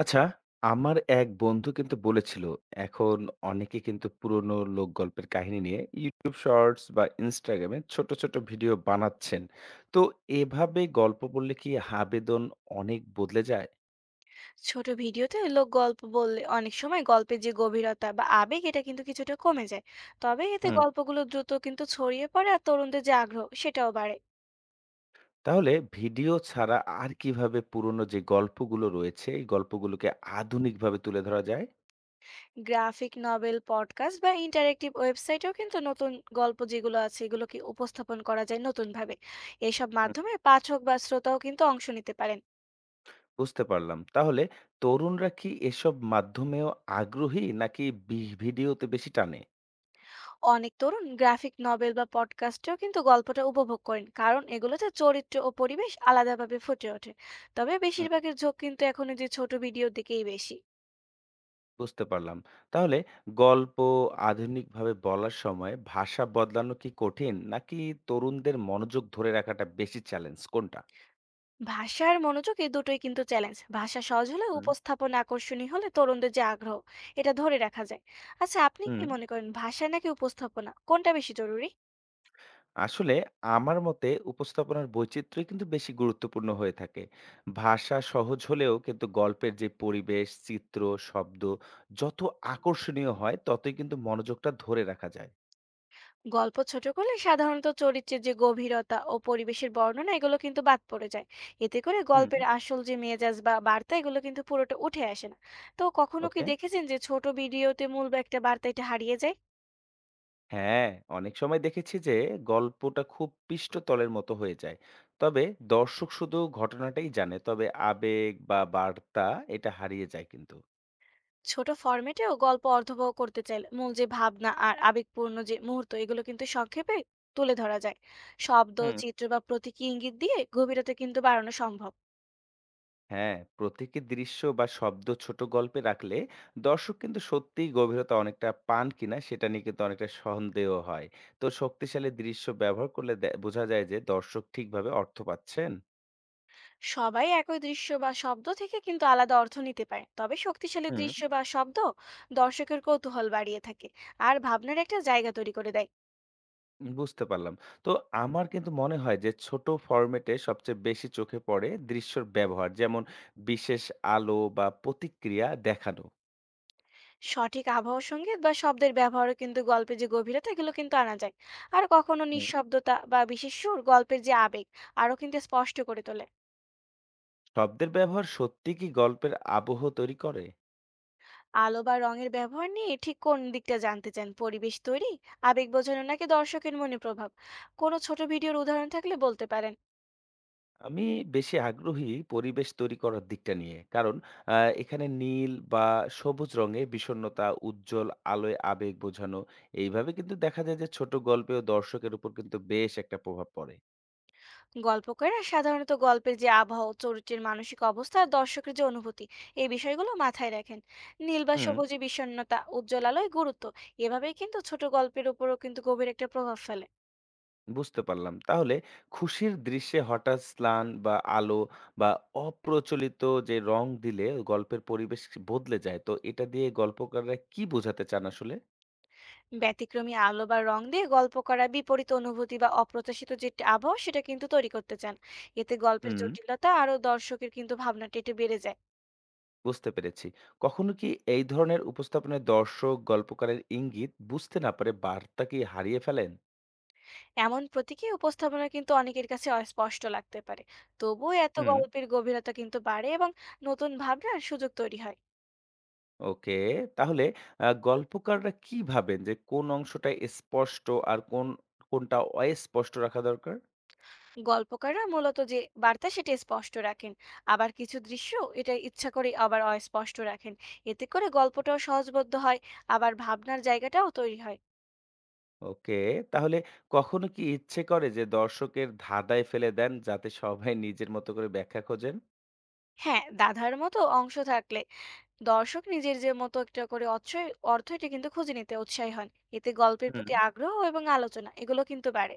আচ্ছা, আমার এক বন্ধু কিন্তু বলেছিল, এখন অনেকে কিন্তু পুরনো লোকগল্পের কাহিনী নিয়ে YouTube Shorts বা Instagram এ ছোট, ছোট ভিডিও বানাচ্ছেন। তো এভাবে গল্প বললে কি আবেদন অনেক বদলে যায়? ছোট ভিডিওতে লোক গল্প বললে অনেক সময় গল্পের যে গভীরতা বা আবেগ এটা কিন্তু কিছুটা কমে যায়। তবে এতে হুম। গল্পগুলো দ্রুত কিন্তু ছড়িয়ে পড়ে আর তরুণদের যে আগ্রহ সেটাও বাড়ে। তাহলে ভিডিও ছাড়া আর কিভাবে পুরনো যে গল্পগুলো রয়েছে, এই গল্পগুলোকে আধুনিকভাবে তুলে ধরা যায়? গ্রাফিক নভেল পডকাস্ট বা ইন্টারেক্টিভ ওয়েবসাইটেও কিন্তু নতুন গল্প যেগুলো আছে এগুলোকে উপস্থাপন করা যায় নতুনভাবে। এসব হুম। মাধ্যমে পাঠক বা শ্রোতাও কিন্তু অংশ নিতে পারেন। বুঝতে পারলাম। তাহলে তরুণরা কি এসব মাধ্যমেও আগ্রহী নাকি বি ভিডিওতে বেশি টানে? অনেক তরুণ গ্রাফিক নভেল বা পডকাস্টেও কিন্তু গল্পটা উপভোগ করেন, কারণ এগুলোতে চরিত্র ও পরিবেশ আলাদাভাবে ফুটে ওঠে। তবে বেশিরভাগের ঝোঁক কিন্তু এখন এই যে ছোট ভিডিওর দিকেই বেশি। বুঝতে পারলাম। তাহলে গল্প আধুনিকভাবে বলার সময় ভাষা বদলানো কি কঠিন? নাকি তরুণদের মনোযোগ ধরে রাখাটা বেশি চ্যালেঞ্জ কোনটা? ভাষা আর মনোযোগ এই দুটোই কিন্তু চ্যালেঞ্জ। ভাষা সহজ হলে, হুম। উপস্থাপন আকর্ষণীয় হলে তরুণদের যে আগ্রহ এটা ধরে রাখা যায়। আচ্ছা, আপনি হুম, কি মনে করেন ভাষা নাকি উপস্থাপনা কোনটা বেশি জরুরি? আসলে আমার মতে উপস্থাপনার বৈচিত্র্যই কিন্তু বেশি গুরুত্বপূর্ণ হয়ে থাকে। ভাষা সহজ হলেও কিন্তু গল্পের যে পরিবেশ, চিত্র, শব্দ যত আকর্ষণীয় হয় ততই কিন্তু মনোযোগটা ধরে রাখা যায়। গল্প ছোট করলে সাধারণত চরিত্রের যে গভীরতা ও পরিবেশের বর্ণনা এগুলো কিন্তু বাদ পড়ে যায়। এতে করে হুম। গল্পের আসল যে মেজাজ বা বার্তা এগুলো কিন্তু পুরোটা উঠে আসে না। তো কখনো কি ওকে? দেখেছেন যে ছোট ভিডিওতে মূল বা একটা বার্তা এটা হারিয়ে যায়? হ্যাঁ, অনেক সময় দেখেছি যে গল্পটা খুব পৃষ্ঠতলের মতো হয়ে যায়, তবে দর্শক শুধু ঘটনাটাই জানে, তবে আবেগ বা বার্তা এটা হারিয়ে যায় কিন্তু। ছোট ফরম্যাটেও গল্প অর্থবহ করতে চাইলে মূল যে ভাবনা আর আবেগপূর্ণ যে মুহূর্ত এগুলো কিন্তু সংক্ষেপে তুলে ধরা যায়। শব্দ হুম। চিত্র বা প্রতীকী ইঙ্গিত দিয়ে গভীরতা কিন্তু বাড়ানো সম্ভব। হ্যাঁ, প্রতীকী দৃশ্য বা শব্দ ছোট গল্পে রাখলে দর্শক কিন্তু সত্যিই গভীরতা অনেকটা পান কিনা সেটা নিয়ে কিন্তু অনেকটা সন্দেহ হয়। তো শক্তিশালী দৃশ্য ব্যবহার করলে বোঝা যায় যে দর্শক ঠিকভাবে অর্থ পাচ্ছেন। সবাই একই দৃশ্য বা শব্দ থেকে কিন্তু আলাদা অর্থ নিতে পারে, তবে শক্তিশালী হুম। দৃশ্য বা শব্দ দর্শকের কৌতূহল বাড়িয়ে থাকে আর ভাবনার একটা জায়গা তৈরি করে দেয়। বুঝতে পারলাম। তো আমার কিন্তু মনে হয় যে ছোট ফরম্যাটে সবচেয়ে বেশি চোখে পড়ে দৃশ্যর ব্যবহার। যেমন বিশেষ আলো বা প্রতিক্রিয়া দেখানো। সঠিক আবহাওয়া সঙ্গীত বা শব্দের ব্যবহারও কিন্তু গল্পে যে গভীরতা এগুলো কিন্তু আনা যায়। আর কখনো হুম। নিঃশব্দতা বা বিশেষ সুর গল্পের যে আবেগ আরো কিন্তু স্পষ্ট করে তোলে। শব্দের ব্যবহার সত্যিই কি গল্পের আবহ তৈরি করে? আলো বা রঙের ব্যবহার নিয়ে ঠিক কোন দিকটা জানতে চান? পরিবেশ তৈরি, আবেগ বোঝানো নাকি দর্শকের মনে প্রভাব? কোনো ছোট ভিডিওর উদাহরণ থাকলে বলতে পারেন। আমি বেশি আগ্রহী পরিবেশ তৈরি করার দিকটা নিয়ে। কারণ আ এখানে নীল বা সবুজ রঙে বিষণ্ণতা, উজ্জ্বল আলোয় আবেগ বোঝানো। এইভাবে কিন্তু দেখা যায় যে ছোট গল্পেও দর্শকের উপর কিন্তু বেশ একটা প্রভাব পড়ে। গল্পকাররা সাধারণত গল্পের যে আবহাওয়া চরিত্রের মানসিক অবস্থা আর দর্শকের যে অনুভূতি এই বিষয়গুলো মাথায় রাখেন। নীল বা হুম। সবুজে বিষণ্ণতা, উজ্জ্বল আলোয় গুরুত্ব, এভাবেই কিন্তু ছোট গল্পের উপরও কিন্তু গভীর একটা প্রভাব ফেলে। বুঝতে পারলাম। তাহলে খুশির দৃশ্যে হঠাৎ ম্লান বা আলো বা অপ্রচলিত যে রং দিলে গল্পের পরিবেশ বদলে যায়। তো এটা দিয়ে গল্পকাররা কি বোঝাতে চান আসলে? ব্যতিক্রমী আলো বা রং দিয়ে গল্প করা বিপরীত অনুভূতি বা অপ্রত্যাশিত যে একটা আবহাওয়া সেটা কিন্তু তৈরি করতে চান। এতে গল্পের হুম। জটিলতা আরো দর্শকের কিন্তু ভাবনাটা একটু বেড়ে যায়। বুঝতে পেরেছি। কখনো কি এই ধরনের উপস্থাপনায় দর্শক গল্পকারের ইঙ্গিত বুঝতে না পারে বার্তা কি হারিয়ে ফেলেন? এমন প্রতীকী উপস্থাপনা কিন্তু অনেকের কাছে অস্পষ্ট লাগতে পারে, তবুও এত হুম। গল্পের গভীরতা কিন্তু বাড়ে এবং নতুন ভাবনার সুযোগ তৈরি হয়। ওকে। তাহলে গল্পকাররা কি ভাবেন যে কোন অংশটা স্পষ্ট আর কোনটা অস্পষ্ট রাখা দরকার? গল্পকাররা মূলত যে বার্তা সেটা স্পষ্ট রাখেন, আবার কিছু দৃশ্য এটা ইচ্ছা করে আবার অস্পষ্ট রাখেন। এতে করে গল্পটাও সহজবোধ্য হয়, আবার ভাবনার জায়গাটাও তৈরি হয়। ওকে, তাহলে কখনো কি ইচ্ছে করে যে দর্শকের ধাঁধায় ফেলে দেন যাতে সবাই নিজের মতো করে ব্যাখ্যা খোঁজেন? হ্যাঁ, দাধার মতো অংশ থাকলে দর্শক নিজের যে মতো একটা করে অর্থ অর্থ এটা কিন্তু খুঁজে নিতে উৎসাহী হন। এতে গল্পের হুম। প্রতি আগ্রহ এবং আলোচনা এগুলো কিন্তু বাড়ে।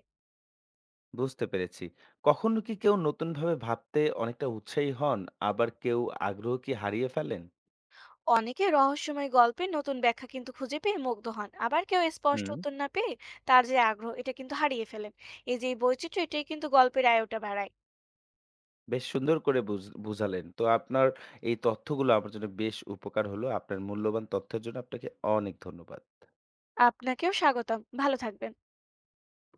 বুঝতে পেরেছি। কখনো কি কেউ নতুনভাবে ভাবতে অনেকটা উৎসাহী হন, আবার কেউ আগ্রহ কি হারিয়ে ফেলেন? অনেকে রহস্যময় গল্পের নতুন ব্যাখ্যা কিন্তু খুঁজে পেয়ে মুগ্ধ হন, আবার কেউ স্পষ্ট হুম। উত্তর না পেয়ে তার যে আগ্রহ এটা কিন্তু হারিয়ে ফেলেন। এই বৈচিত্র্য এটাই কিন্তু গল্পের আয়টা বাড়ায়। বেশ সুন্দর করে বুঝালেন। তো আপনার এই তথ্যগুলো আমার জন্য বেশ উপকার হলো। আপনার মূল্যবান তথ্যের জন্য আপনাকে অনেক ধন্যবাদ। আপনাকেও স্বাগতম। ভালো থাকবেন।